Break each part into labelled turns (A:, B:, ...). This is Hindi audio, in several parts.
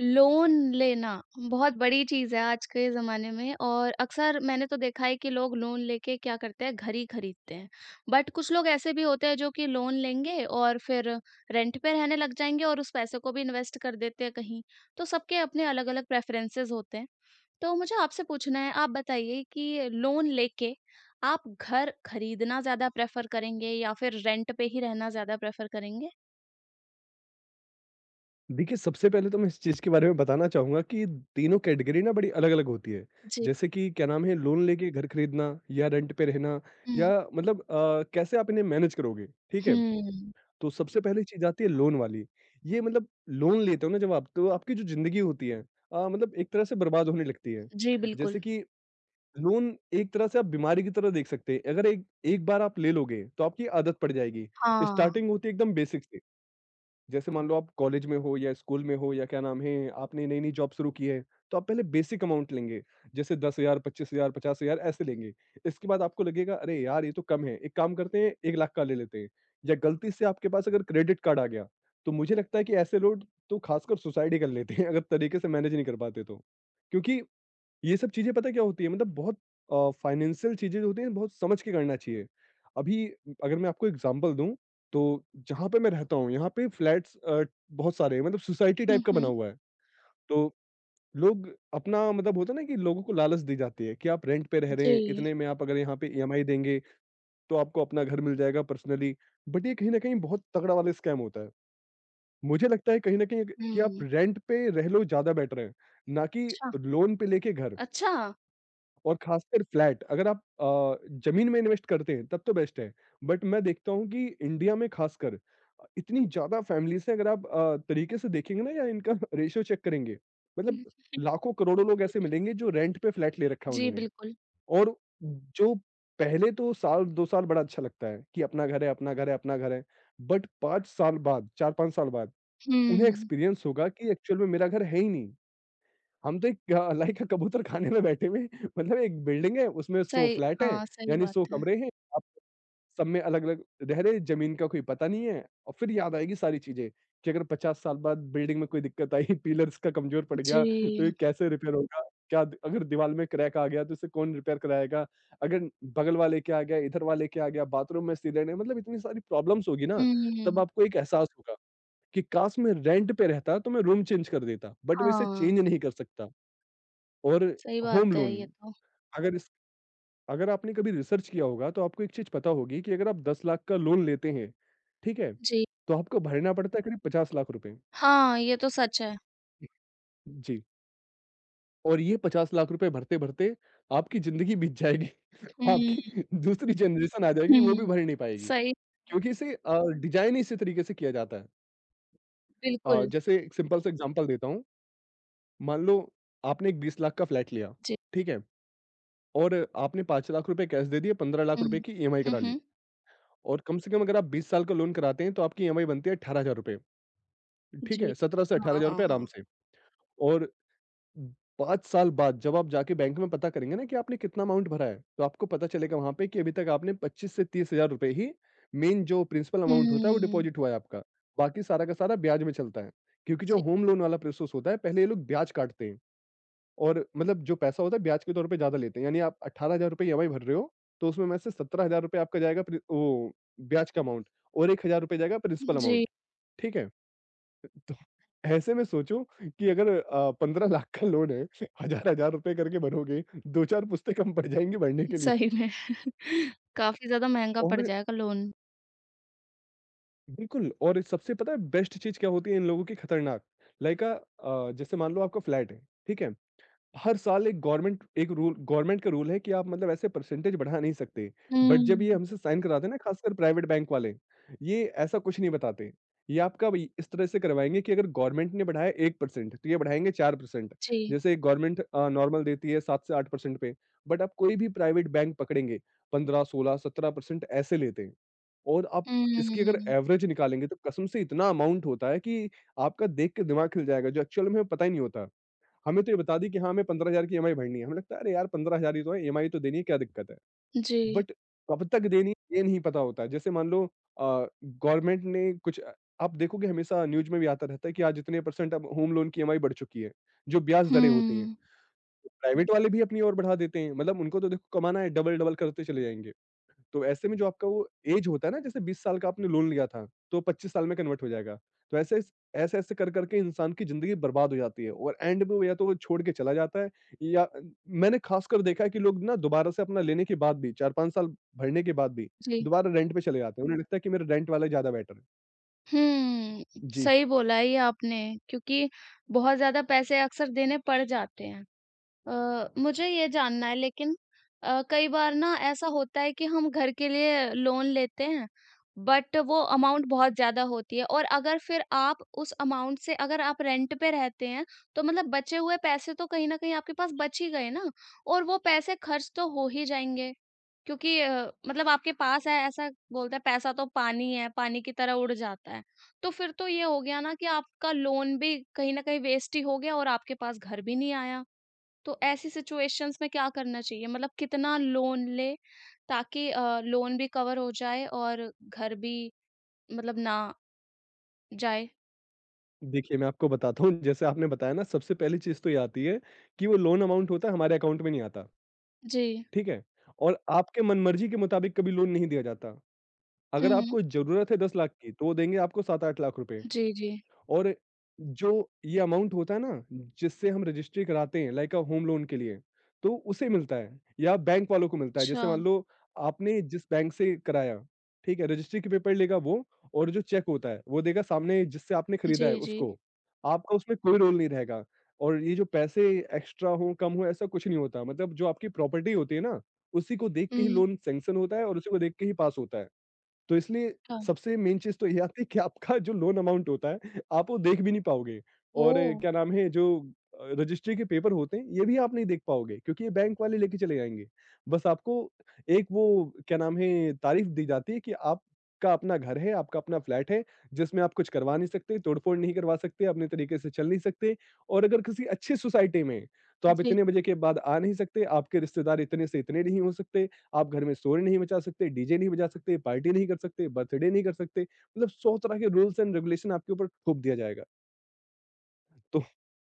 A: लोन लेना बहुत बड़ी चीज़ है आज के ज़माने में। और अक्सर मैंने तो देखा है कि लोग लोन लेके क्या करते हैं, घर ही खरीदते हैं। बट कुछ लोग ऐसे भी होते हैं जो कि लोन लेंगे और फिर रेंट पे रहने लग जाएंगे और उस पैसे को भी इन्वेस्ट कर देते हैं कहीं। तो सबके अपने अलग-अलग प्रेफरेंसेस होते हैं। तो मुझे आपसे पूछना है, आप बताइए कि लोन लेके आप घर खरीदना ज़्यादा प्रेफर करेंगे या फिर रेंट पे ही रहना ज़्यादा प्रेफर करेंगे?
B: देखिए, सबसे पहले तो मैं इस चीज़ के बारे में बताना चाहूँगा कि तीनों कैटेगरी ना बड़ी अलग-अलग होती है।
A: जी।
B: जैसे कि क्या नाम है लोन लेके घर खरीदना या रेंट पे रहना या
A: हुँ,
B: मतलब कैसे आप इन्हें मैनेज करोगे, ठीक है?
A: हुँ।
B: तो सबसे पहली चीज़ आती है लोन वाली। ये मतलब लोन लेते हो ना जब आप तो आपकी जो ज़िंदगी होती है मतलब एक तरह से बर्बाद होने लगती है।
A: जी, बिल्कुल।
B: जैसे कि लोन एक तरह से आप बीमारी की तरह देख सकते हैं। अगर एक एक बार आप ले लोगे तो आपकी आदत पड़ जाएगी।
A: हाँ।
B: स्टार्टिंग होती है एकदम बेसिक से। जैसे मान लो आप कॉलेज में हो या स्कूल में हो या क्या नाम है आपने नई नई जॉब शुरू की है तो आप पहले बेसिक अमाउंट लेंगे जैसे 10,000 25,000 50,000 ऐसे लेंगे इसके बाद आपको लगेगा अरे यार ये तो कम है एक काम करते हैं एक लाख का ले लेते हैं या गलती से आपके पास अगर क्रेडिट कार्ड आ गया तो मुझे लगता है कि ऐसे लोग तो खासकर सुसाइड ही कर लेते हैं अगर तरीके से मैनेज नहीं कर पाते तो क्योंकि ये सब चीज़ें पता है क्या होती है मतलब बहुत फाइनेंशियल चीज़ें जो होती हैं बहुत समझ के करना चाहिए। अभी अगर मैं आपको एग्ज़ाम्पल दूँ, तो जहाँ पे मैं रहता हूँ, यहाँ पे फ्लैट्स बहुत सारे हैं मतलब सोसाइटी
A: हुँ,
B: टाइप का बना
A: हुँ।
B: हुआ है। तो लोग अपना मतलब होता है ना कि लोगों को लालच दी जाती है कि आप रेंट पे रह रहे हैं,
A: जी,
B: इतने में आप अगर यहाँ पे ईएमआई देंगे, तो आपको अपना घर मिल जाएगा पर्सनली। बट ये कहीं न कहीं बहुत तगड़ा वाला स्कैम होता है। मुझे लगता है कहीं न कहीं कि आप
A: हुँ,
B: रेंट पे रह लो ज़्यादा बेटर है, ना कि
A: अच्छा,
B: लोन पे लेके घर।
A: अच्छा?
B: और खासकर फ्लैट अगर आप ज़मीन में इन्वेस्ट करते हैं तब तो बेस्ट है। बट मैं देखता हूँ कि इंडिया में खासकर इतनी ज़्यादा फ़ैमिलीज़ हैं अगर आप तरीके से देखेंगे ना या इनका रेशियो चेक करेंगे, मतलब लाखों-करोड़ों लोग ऐसे मिलेंगे जो रेंट पे फ्लैट ले रखा है
A: जी,
B: उन्होंने।
A: बिल्कुल,
B: और जो पहले तो साल 2 साल बड़ा अच्छा लगता है कि अपना घर है, अपना घर है, अपना घर है। बट 5 साल बाद, 4-5 साल बाद उन्हें
A: हुँ,
B: एक्सपीरियंस होगा कि एक्चुअल में मेरा घर है ही नहीं। हम तो एक लाइक अ, कबूतर खाने में बैठे हुए हैं। मतलब एक बिल्डिंग है, उसमें 100
A: सही
B: फ्लैट हैं,
A: हाँ, सही
B: यानी 100
A: बात है।
B: कमरे हैं। आप सब में अलग-अलग रह रहे हैं, ज़मीन का कोई पता नहीं है और फिर याद आएगी सारी चीज़ें कि अगर 50 साल बाद बिल्डिंग में कोई दिक्कत आई, पिलर्स का कमज़ोर पड़ गया, तो ये
A: जी,
B: कैसे रिपेयर होगा? क्या द अगर दीवाल में क्रैक आ गया, तो इसे कौन रिपेयर कराएगा? अगर बगल वाले के आ गया, इधर वाले के आ गया, बाथरूम में सीलन है, मतलब इतनी सारी प्रॉब्लम्स होगी ना, तब
A: हुँ,
B: आपको एक एहसास होगा कि काश मैं रेंट पे रहता, तो मैं रूम चेंज कर देता, बट मैं इसे
A: हाँ,
B: चेंज नहीं कर सकता। और
A: सही
B: होम
A: बात है
B: लोन
A: ये तो,
B: अगर इस अगर आपने कभी रिसर्च किया होगा तो आपको एक चीज़ पता होगी कि अगर आप 10 लाख का लोन लेते हैं, ठीक है?
A: जी,
B: तो आपको भरना पड़ता है करीब 50 लाख रुपए।
A: हाँ, ये तो सच है।
B: जी, और ये 50 लाख रुपए भरते-भरते आपकी ज़िंदगी बीत जाएगी।
A: हुँ,
B: आपकी दूसरी जनरेशन आ जाएगी वो भी
A: हुँ,
B: भर नहीं पाएगी
A: सही
B: क्योंकि इसे डिज़ाइन ही इसी तरीके से किया जाता है।
A: बिल्कुल,
B: जैसे एक सिंपल सा एग्ज़ाम्पल देता हूँ, मान लो आपने एक 20 लाख का फ्लैट लिया,
A: जी,
B: ठीक है? और आपने 5 लाख रुपए कैश दे दिए, 15 लाख
A: हुँ,
B: रुपए की ईएमआई
A: हुँ,
B: करा ली।
A: हुँ,
B: और कम से कम अगर आप 20 साल का लोन कराते हैं तो आपकी ईएमआई बनती है ₹18,000, ठीक
A: जी,
B: है? 17 से
A: हाँ,
B: 18,000
A: हाँ,
B: रुपए आराम
A: हाँ,
B: से और 5 साल बाद जब आप जाके बैंक में पता करेंगे ना कि आपने कितना अमाउंट भरा है, तो आपको पता चलेगा वहाँ पे कि अभी तक आपने 25 से ₹30,000 ही मेन जो प्रिंसिपल अमाउंट होता है वो
A: हुँ,
B: डिपॉज़िट हुआ है आपका, बाकी सारा का सारा ब्याज में चलता है। क्योंकि जो
A: जी,
B: होम लोन वाला प्रोसेस होता है, पहले ये लोग ब्याज काटते हैं। और मतलब जो पैसा होता है ब्याज के तौर पे ज़्यादा लेते हैं। यानी आप ₹18,000 ईएमआई भर रहे हो, तो उसमें में से ₹17,000 आपका जाएगा प्रि वो ब्याज का अमाउंट और ₹1,000 जाएगा प्रिंसिपल
A: जी,
B: अमाउंट, ठीक है? तो ऐसे में सोचो कि अगर 15 लाख का लोन है, हज़ार-हज़ार रुपए करके भरोगे, 2-4 पुस्तें कम पड़ जाएँगी भरने के लिए।
A: सही में काफ़ी ज़्यादा महँगा पड़
B: और
A: जाएगा लोन।
B: बिल्कुल और सबसे पता है बेस्ट चीज़ क्या होती है इन लोगों की खतरनाक? लाइक अ जैसे मान लो आपका फ्लैट है, ठीक है? हर साल एक गवर्नमेंट एक रूल गवर्नमेंट का रूल है कि आप मतलब ऐसे परसेंटेज बढ़ा नहीं सकते। बट जब ये
A: हुँ,
B: हमसे साइन करवाते हैं ना खासकर प्राइवेट बैंक वाले, ये ऐसा कुछ नहीं बताते। ये आपका वही इस तरह से करवाएँगे कि अगर गवर्नमेंट ने बढ़ाया 1% तो ये बढ़ाएँगे 4%
A: जी,
B: जैसे गवर्नमेंट नॉर्मल देती है 7 से 8% पे, बट आप कोई भी प्राइवेट बैंक पकड़ेंगे 15, 16, 17% ऐसे लेते हैं। और आप इसकी अगर
A: हुँ,
B: एवरेज निकालेंगे तो कसम से इतना अमाउंट होता है कि आपका देख के दिमाग हिल जाएगा, जो एक्चुअल में हमें पता ही नहीं होता। हमें तो ये बता दी कि हाँ, हमें 15,000 की ईएमआई भरनी है। हमें लगता है अरे यार 15,000 ही तो है, ईएमआई तो देनी है, क्या दिक्कत है?
A: जी।
B: बट कब तक देनी है, ये नहीं पता होता है। जैसे मान लो गवर्नमेंट ने कुछ आप देखोगे हमेशा न्यूज़ में भी आता रहता है कि आज इतने परसेंट अब होम लोन की ईएमआई बढ़ चुकी है, जो ब्याज दरें होती हैं।
A: हुँ,
B: प्राइवेट वाले भी अपनी ओर बढ़ा देते हैं, मतलब उनको तो देखो कमाना है, डबल-डबल करते चले जाएँगे। तो ऐसे में जो आपका वो ऐज होता है ना, जैसे 20 साल का आपने लोन लिया था, तो 25 साल में कन्वर्ट हो जाएगा। तो ऐसे-ऐसे कर-कर के इंसान की ज़िंदगी बर्बाद हो जाती है और एंड में वो या तो वो छोड़ के चला जाता है या मैंने ख़ासकर देखा है कि लोग ना दोबारा से अपना लेने के बाद भी 4-5 साल भरने के बाद भी
A: जी।
B: दोबारा रेंट पे चले जाते हैं। उन्हें लगता है कि मेरा रेंट वाला ज़्यादा बेटर है।
A: हुँ,
B: जी।
A: सही बोला है ये आपने, क्योंकि बहुत ज़्यादा पैसे अक्सर देने पड़ जाते हैं। अ, मुझे ये जानना है लेकिन कई बार ना ऐसा होता है कि हम घर के लिए लोन लेते हैं, बट वो अमाउंट बहुत ज़्यादा होती है। और अगर फिर आप उस अमाउंट से अगर आप रेंट पे रहते हैं, तो मतलब बचे हुए पैसे तो कहीं ना कहीं आपके पास बच ही गए ना, और वो पैसे खर्च तो हो ही जाएंगे। क्योंकि मतलब आपके पास है, ऐसा बोलता है पैसा तो पानी है, पानी की तरह उड़ जाता है। तो फिर तो ये हो गया ना कि आपका लोन भी कहीं ना कहीं वेस्ट ही हो गया और आपके पास घर भी नहीं आया। तो ऐसी सिचुएशंस में क्या करना चाहिए? मतलब कितना लोन ले ताकि लोन भी कवर हो जाए और घर भी, मतलब ना जाए?
B: देखिए, मैं आपको बताता हूँ, जैसे आपने बताया ना सबसे पहली चीज़ तो ये आती है कि वो लोन अमाउंट होता है हमारे अकाउंट में नहीं आता,
A: जी।
B: ठीक है? और आपके मनमर्ज़ी के मुताबिक कभी लोन नहीं दिया जाता। अगर
A: हुँ।
B: आपको ज़रूरत है 10 लाख की, तो वो देंगे आपको 7-8 लाख रुपए
A: जी, जी।
B: और जो ये अमाउंट होता है ना, जिससे हम रजिस्ट्री कराते हैं लाइक अ होम लोन के लिए, तो उसे मिलता है या बैंक वालों को मिलता है।
A: अच्छा।
B: जैसे मान लो आपने जिस बैंक से कराया, ठीक है? रजिस्ट्री के पेपर लेगा वो और जो चेक होता है, वो देगा सामने जिससे आपने
A: जी,
B: खरीदा है
A: जी।
B: उसको। आपका उसमें कोई रोल नहीं रहेगा और ये जो पैसे एक्स्ट्रा हों, कम हों, ऐसा कुछ नहीं होता। मतलब जो आपकी प्रॉपर्टी होती है ना, उसी को देख के ही
A: हुँ।
B: लोन सैंक्शन होता है और उसी को देख के ही पास होता है। तो इसलिए
A: अच्छा।
B: सबसे मेन चीज़ तो ये आती है कि आपका जो लोन अमाउंट होता है, आप वो देख भी नहीं पाओगे और
A: ओह!
B: क्या नाम है जो रजिस्ट्री के पेपर होते हैं, ये भी आप नहीं देख पाओगे क्योंकि ये बैंक वाले लेके चले जाएँगे। बस आपको एक वो क्या नाम है तारीफ़ दी जाती है कि आपका अपना घर है, आपका अपना फ्लैट है, जिसमें आप कुछ करवा नहीं सकते, तोड़-फोड़ नहीं करवा सकते, अपने तरीके से चल नहीं सकते और अगर किसी अच्छी सोसाइटी में हैं, तो आप
A: जी,
B: इतने बजे के बाद आ नहीं सकते, आपके रिश्तेदार इतने से इतने नहीं हो सकते आप घर में शोर नहीं मचा सकते, डीजे नहीं बजा सकते, पार्टी नहीं कर सकते, बर्थडे नहीं कर सकते, मतलब 100 तरह के रूल्स एंड रेगुलेशन आपके ऊपर थोप दिया जाएगा। तो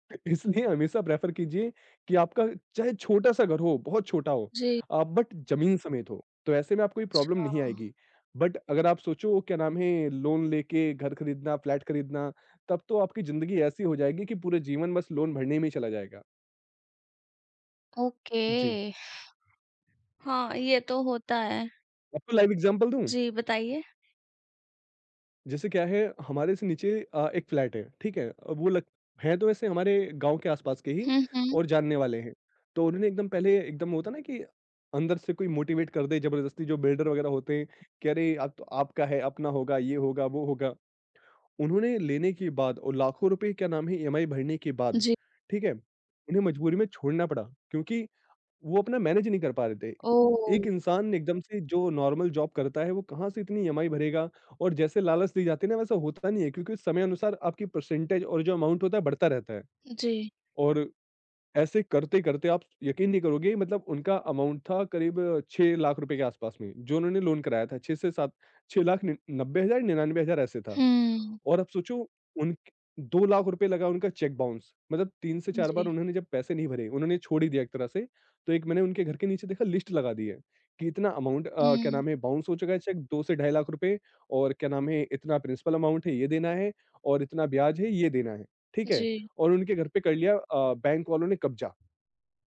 B: इसलिए हमेशा प्रेफ़र कीजिए कि आपका चाहे छोटा-सा घर हो, बहुत छोटा हो
A: जी।
B: बट ज़मीन समेत हो, तो ऐसे में आपको ये प्रॉब्लम
A: अच्छा।
B: नहीं आएगी। बट अगर आप सोचो क्या नाम है लोन लेके घर खरीदना, फ्लैट खरीदना, तब तो आपकी ज़िंदगी ऐसी हो जाएगी कि पूरे जीवन बस लोन भरने में ही चला जाएगा।
A: ओके।
B: जी,
A: हाँ, ये तो होता है।
B: आपको लाइव एग्ज़ाम्पल दूँ?
A: जी, बताइए।
B: जैसे क्या है हमारे से नीचे एक फ्लैट है। ठीक है, अब वो लग हैं तो वैसे हमारे गांव के आसपास के ही
A: हुँ, हुँ।
B: और जानने वाले हैं। तो उन्होंने एकदम पहले एकदम होता ना कि अंदर से कोई मोटिवेट कर दे जबरदस्ती जो बिल्डर वगैरह होते हैं कि अरे आप तो आपका है, अपना होगा, ये होगा, वो होगा। उन्होंने लेने के बाद और लाखों रुपए क्या नाम है ईएमआई भरने के बाद
A: जी।
B: ठीक है उन्हें मजबूरी में छोड़ना पड़ा, क्योंकि वो अपना मैनेज नहीं कर पा रहे थे।
A: ओह!
B: एक इंसान एकदम से जो नॉर्मल जॉब करता है, वो कहाँ से इतनी ईएमआई भरेगा? और जैसे लालच दी जाती है ना, वैसा होता नहीं है, क्योंकि समय अनुसार आपकी परसेंटेज और जो अमाउंट होता है, बढ़ता रहता है।
A: जी।
B: और ऐसे करते-करते आप यकीन नहीं करोगे, मतलब उनका अमाउंट था करीब 6 लाख रुपए के आसपास में, जो उन्होंने लोन कराया था। 6 से 7 6 लाख निन 90,000 99,000 ऐसे था।
A: हुँ।
B: और अब सोचो उन 2 लाख रुपए लगा उनका चेक बाउंस, मतलब 3 से 4 बार
A: जी।
B: उन्होंने जब पैसे नहीं भरे, उन्होंने छोड़ ही दिया एक तरह से। तो एक मैंने उनके घर के नीचे देखा लिस्ट लगा दी है कि इतना अमाउंट क्या
A: हुँ।
B: नाम है बाउंस हो चुका है चेक 2 से ढाई लाख रुपए और क्या नाम है इतना प्रिंसिपल अमाउंट है ये देना है और इतना ब्याज है ये देना है। ठीक है?
A: जी,
B: और उनके घर पे कर लिया बैंक वालों ने कब्जा।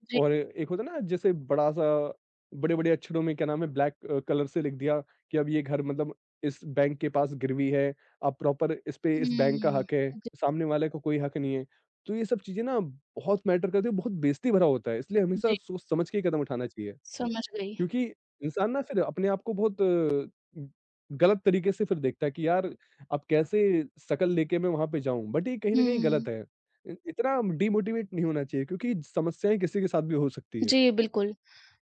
A: जी।
B: और एक होता है ना जैसे बड़ा सा बड़े-बड़े अक्षरों में क्या नाम है ब्लैक कलर से लिख दिया कि अब ये घर, मतलब इस बैंक के पास गिरवी है, अब प्रॉपर इस पे इस बैंक का
A: हुँ।
B: हक है,
A: जी,
B: सामने वाले को कोई हक नहीं है। तो ये सब चीज़ें ना बहुत मैटर करती है, बहुत बेइज़्ज़ती भरा होता है, इसलिए हमेशा
A: जी।
B: सोच समझ के ही कदम उठाना चाहिए।
A: समझ गई।
B: क्योंकि इंसान ना फिर अपने आप को बहुत गलत तरीके से फिर देखता है कि यार अब कैसे शकल लेके मैं वहाँ पे जाऊँ? बट ये कहीं न कहीं
A: हुँ।
B: गलत है। इ इतना डिमोटिवेट नहीं होना चाहिए, क्योंकि समस्याएँ किसी के साथ भी हो सकती हैं।
A: जी, बिल्कुल।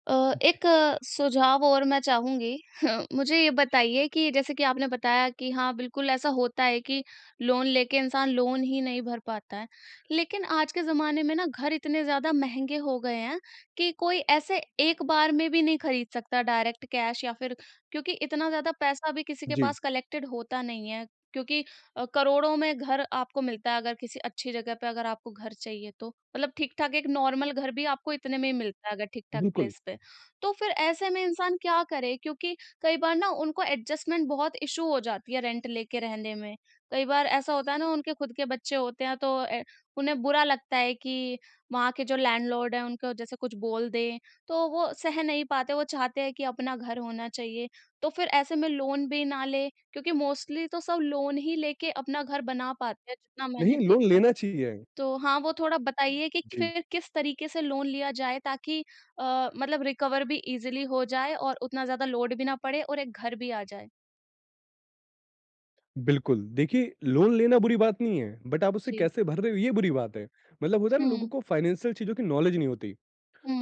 A: अ,
B: जी।
A: एक सुझाव और मैं चाहूँगी। मुझे ये बताइए कि जैसे कि आपने बताया कि हाँ, बिल्कुल ऐसा होता है कि लोन लेके इंसान लोन ही नहीं भर पाता है। लेकिन आज के ज़माने में ना घर इतने ज़्यादा महँगे हो गए हैं कि कोई ऐसे एक बार में भी नहीं खरीद सकता डायरेक्ट कैश, या फिर क्योंकि इतना ज़्यादा पैसा भी किसी के
B: जी,
A: पास कलेक्टेड होता नहीं है। क्योंकि करोड़ों में घर आपको मिलता है अगर किसी अच्छी जगह पे अगर आपको घर चाहिए तो। मतलब ठीक-ठाक एक नॉर्मल घर भी आपको इतने में ही मिलता है, अगर ठीक-ठाक
B: बिल्कुल।
A: प्लेस पे। तो फिर ऐसे में इंसान क्या करे? क्योंकि कई बार ना उनको एडजस्टमेंट बहुत इश्यू हो जाती है रेंट लेके रहने में। कई बार ऐसा होता है ना, उनके खुद के बच्चे होते हैं तो ए उन्हें बुरा लगता है कि वहाँ के जो लैंडलॉर्ड हैं उनको जैसे कुछ बोल दें, तो वो सह नहीं पाते, वो चाहते हैं कि अपना घर होना चाहिए। तो फिर ऐसे में लोन भी ना ले, क्योंकि मोस्टली तो सब लोन ही लेके अपना घर बना पाते हैं, जितना मैंने
B: नहीं, लोन
A: देखा है।
B: लेना चाहिए।
A: तो हाँ, वो थोड़ा बताइए कि
B: जी,
A: फिर किस तरीके से लोन लिया जाए ताकि मतलब रिकवर भी ईज़िली हो जाए और उतना ज़्यादा लोड भी ना पड़े और एक घर भी आ जाए?
B: बिल्कुल। देखिए, लोन लेना बुरी बात नहीं है, बट आप उसे
A: जी।
B: कैसे भर रहे हो ये बुरी बात है। मतलब होता है ना लोगों
A: हुँ,
B: को फाइनेंशियल चीज़ों की नॉलेज नहीं होती।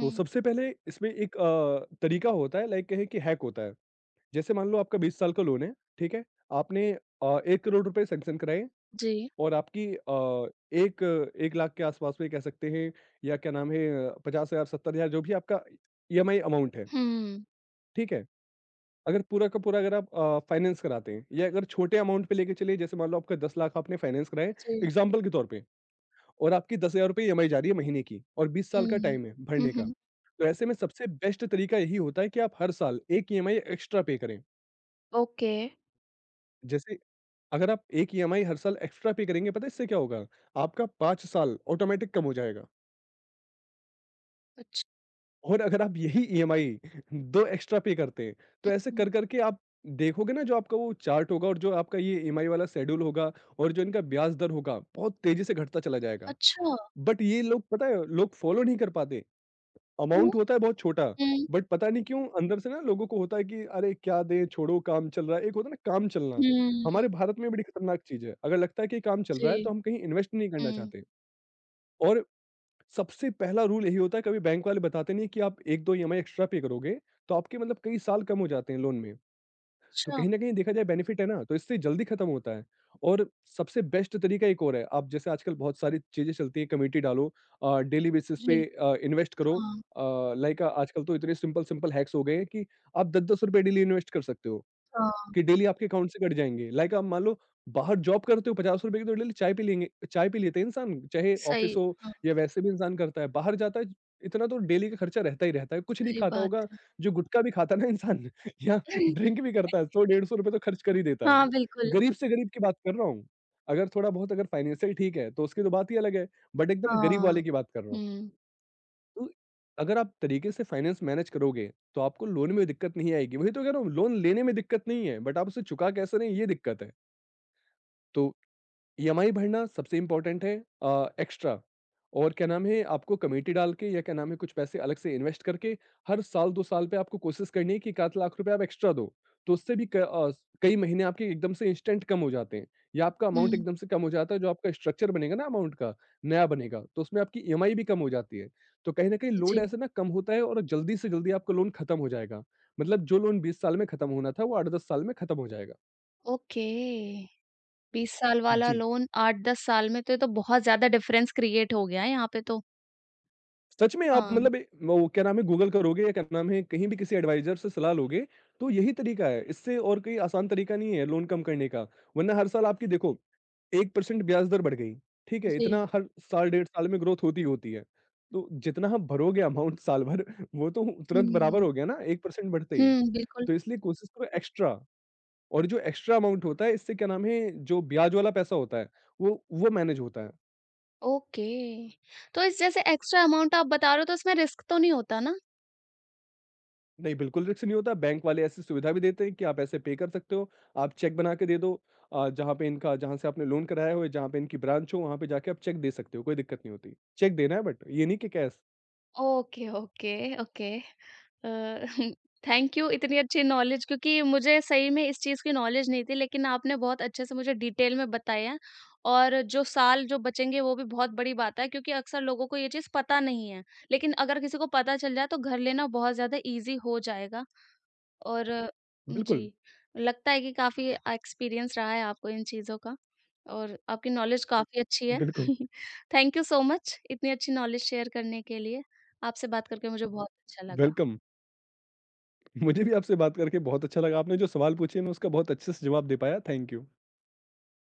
B: तो सबसे पहले इसमें एक तरीका होता है, लाइक कहें कि हैक होता है। जैसे मान लो आपका 20 साल का लोन है, ठीक है? आपने 1 करोड़ रुपए सैंक्शन कराए
A: जी।
B: और आपकी 1 1 लाख के आसपास में कह सकते हैं या क्या नाम है 50,000 70,000 जो भी आपका ईएमआई अमाउंट है,
A: हुँ।
B: ठीक है? अगर पूरा का पूरा अगर आप फाइनेंस कराते हैं या अगर छोटे अमाउंट पे लेके चलिए जैसे मान लो आपका 10 लाख आपने फाइनेंस कराए
A: जी।
B: एग्ज़ाम्पल के तौर पे और आपकी ₹10,000 ईएमआई जा रही है महीने की और 20 साल का
A: हुँ।
B: टाइम है
A: हुँ,
B: भरने का।
A: हुँ।
B: तो ऐसे में सबसे बेस्ट तरीका यही होता है कि आप हर साल 1 ईएमआई एक्स्ट्रा पे करें।
A: ओके।
B: जैसे अगर आप एक ईएमआई हर साल एक्स्ट्रा पे करेंगे पता है इससे क्या होगा? आपका 5 साल ऑटोमैटिक कम हो जाएगा
A: अच्छ
B: और अगर आप यही ईएमआई 2 एक्स्ट्रा पे करते हैं, तो ऐसे
A: हुँ,
B: कर कर के आप देखोगे ना जो आपका वो चार्ट होगा और जो आपका ये ईएमआई वाला शेड्यूल होगा और जो इनका ब्याज दर होगा, बहुत तेज़ी से घटता चला जाएगा।
A: अच्छा,
B: बट ये लोग पता है लोग फ़ॉलो नहीं कर पाते,
A: क्यों?
B: अमाउंट होता है बहुत छोटा,
A: हुँ,
B: बट पता नहीं क्यों अंदर से ना लोगों को होता है कि अरे क्या दें, छोड़ो काम चल रहा है। एक होता है ना काम चलना,
A: हुँ।
B: हमारे भारत में बड़ी खतरनाक चीज़ है। अगर लगता है कि काम चल
A: जी,
B: रहा है तो हम कहीं इन्वेस्ट नहीं करना
A: हुँ।
B: चाहते। और सबसे पहला रूल यही होता है कभी बैंक वाले बताते नहीं कि आप 1-2 ईएमआई एक्स्ट्रा पे करोगे तो आपके, मतलब कई साल कम हो जाते हैं लोन में। तो
A: अच्छा,
B: कहीं न कहीं देखा जाए बेनिफिट है ना, तो इससे जल्दी खत्म होता है और सबसे बेस्ट तरीका एक और है, आप जैसे आजकल बहुत सारी चीज़ें चलती हैं कमेटी डालो डेली बेसिस
A: जी।
B: पे इन्वेस्ट करो
A: हाँ,
B: लाइक आजकल तो इतने सिंपल-सिंपल हैक्स हो गए हैं कि आप ₹10-10 डेली इन्वेस्ट कर सकते हो।
A: हाँ,
B: कि डेली आपके अकाउंट से कट जाएँगे। लाइक आप मान लो बाहर जॉब करते हो ₹50 की तो डेली चाय पी लेंगे, चाय पी लेते हैं इंसान, चाहे ऑफ़िस
A: सही
B: हो
A: हाँ,
B: या वैसे भी इंसान करता है। बाहर जाता है इतना तो डेली का खर्चा रहता ही रहता है। कुछ नहीं
A: सही
B: खाता
A: बात
B: होगा,
A: है।
B: जो गुटखा भी खाता है ना इंसान या ड्रिंक भी करता है, 100 डेढ़ सौ रुपए तो खर्च कर ही देता है।
A: हाँ, बिल्कुल।
B: गरीब से गरीब की बात कर रहा हूँ। अगर थोड़ा बहुत अगर फाइनेंशियल ठीक है, तो उसकी तो बात ही अलग है, बट एकदम गरीब
A: हाँ।
B: वाले की बात कर रहा हूँ।
A: हुँ,
B: तो अगर आप तरीके से फाइनेंस मैनेज करोगे, तो आपको लोन में दिक्कत नहीं आएगी। वही तो कह रहा हूँ, लोन लेने में दिक्कत नहीं है, बट आप उसे चुका कैसे रहे हैं, ये दिक्कत है। तो ईएमआई भरना सबसे इम्पोर्टेंट है एक्स्ट्रा और क्या नाम है आपको कमेटी डाल के या क्या नाम है कुछ पैसे अलग से इन्वेस्ट करके हर साल 2 साल पे आपको कोशिश करनी है कि 1 लाख रुपए आप एक्स्ट्रा दो। तो उससे भी कई महीने आपके एकदम से इंस्टेंट कम हो जाते हैं या आपका अमाउंट
A: हुँ,
B: एकदम से कम हो जाता है, जो आपका स्ट्रक्चर बनेगा ना अमाउंट का, नया बनेगा तो उसमें आपकी ईएमआई भी कम हो जाती है। तो कहीं न कहीं लोड
A: जी।
B: ऐसे ना कम होता है और जल्दी से जल्दी आपका लोन खत्म हो जाएगा। मतलब जो लोन 20 साल में खत्म होना था वो 8-10 साल में खत्म हो जाएगा।
A: ओके, 20 साल वाला
B: जी।
A: लोन 8-10 साल में, तो ये तो बहुत ज़्यादा डिफरेंस क्रिएट हो गया है यहाँ पे तो।
B: सच में आप,
A: हाँ,
B: मतलब वो क्या नाम है गूगल करोगे या क्या नाम है कहीं भी किसी एडवाइजर से सलाह लोगे तो यही तरीका है, इससे और कोई आसान तरीका नहीं है लोन कम करने का, वरना हर साल आपकी देखो एक परसेंट ब्याज दर बढ़ गई ठीक है।
A: जी।
B: इतना हर साल डेढ़ साल में ग्रोथ होती ही होती है। तो जितना आप भरोगे अमाउंट साल भर वो तो तुरंत बराबर
A: हुँ,
B: हो गया ना एक परसेंट बढ़ते ही।
A: हुँ, बिल्कुल।
B: तो इसलिए कोशिश करो एक्स्ट्रा और जो एक्स्ट्रा अमाउंट होता है इससे क्या नाम है जो ब्याज वाला पैसा होता है वो मैनेज होता है।
A: ओके, तो इस जैसे एक्स्ट्रा अमाउंट आप बता रहे हो, तो इसमें रिस्क तो नहीं होता ना?
B: नहीं, बिल्कुल रिस्क नहीं होता। बैंक वाले ऐसी सुविधा भी देते हैं कि आप ऐसे पे कर सकते हो। आप चेक बना के दे दो जहाँ पे इनका जहाँ से आपने लोन कराया हो या जहाँ पे इनकी ब्रांच हो, वहाँ पे जाके आप चेक दे सकते हो, कोई दिक्कत नहीं होती। चेक देना है बट ये नहीं कि cash.
A: Okay, okay, okay. Thank you. इतनी अच्छी नॉलेज, क्योंकि मुझे सही में इस चीज़ की नॉलेज नहीं थी, लेकिन आपने बहुत अच्छे से मुझे डिटेल में बताया। और जो साल जो बचेंगे वो भी बहुत बड़ी बात है, क्योंकि अक्सर लोगों को ये चीज़ पता नहीं है। लेकिन अगर किसी को पता चल जाए तो घर लेना बहुत ज़्यादा ईज़ी हो जाएगा। और
B: बिल्कुल,
A: जी, लगता है कि काफ़ी एक्सपीरियंस रहा है आपको इन चीज़ों का, और आपकी नॉलेज काफ़ी अच्छी है।
B: बिल्कुल।
A: थैंक यू सो मच इतनी अच्छी नॉलेज शेयर करने के लिए। आपसे बात करके मुझे बहुत अच्छा लगा।
B: वेलकम। मुझे भी आपसे बात करके बहुत अच्छा लगा। आपने जो सवाल पूछे, मैं उसका बहुत अच्छे से जवाब दे पाया। Thank you.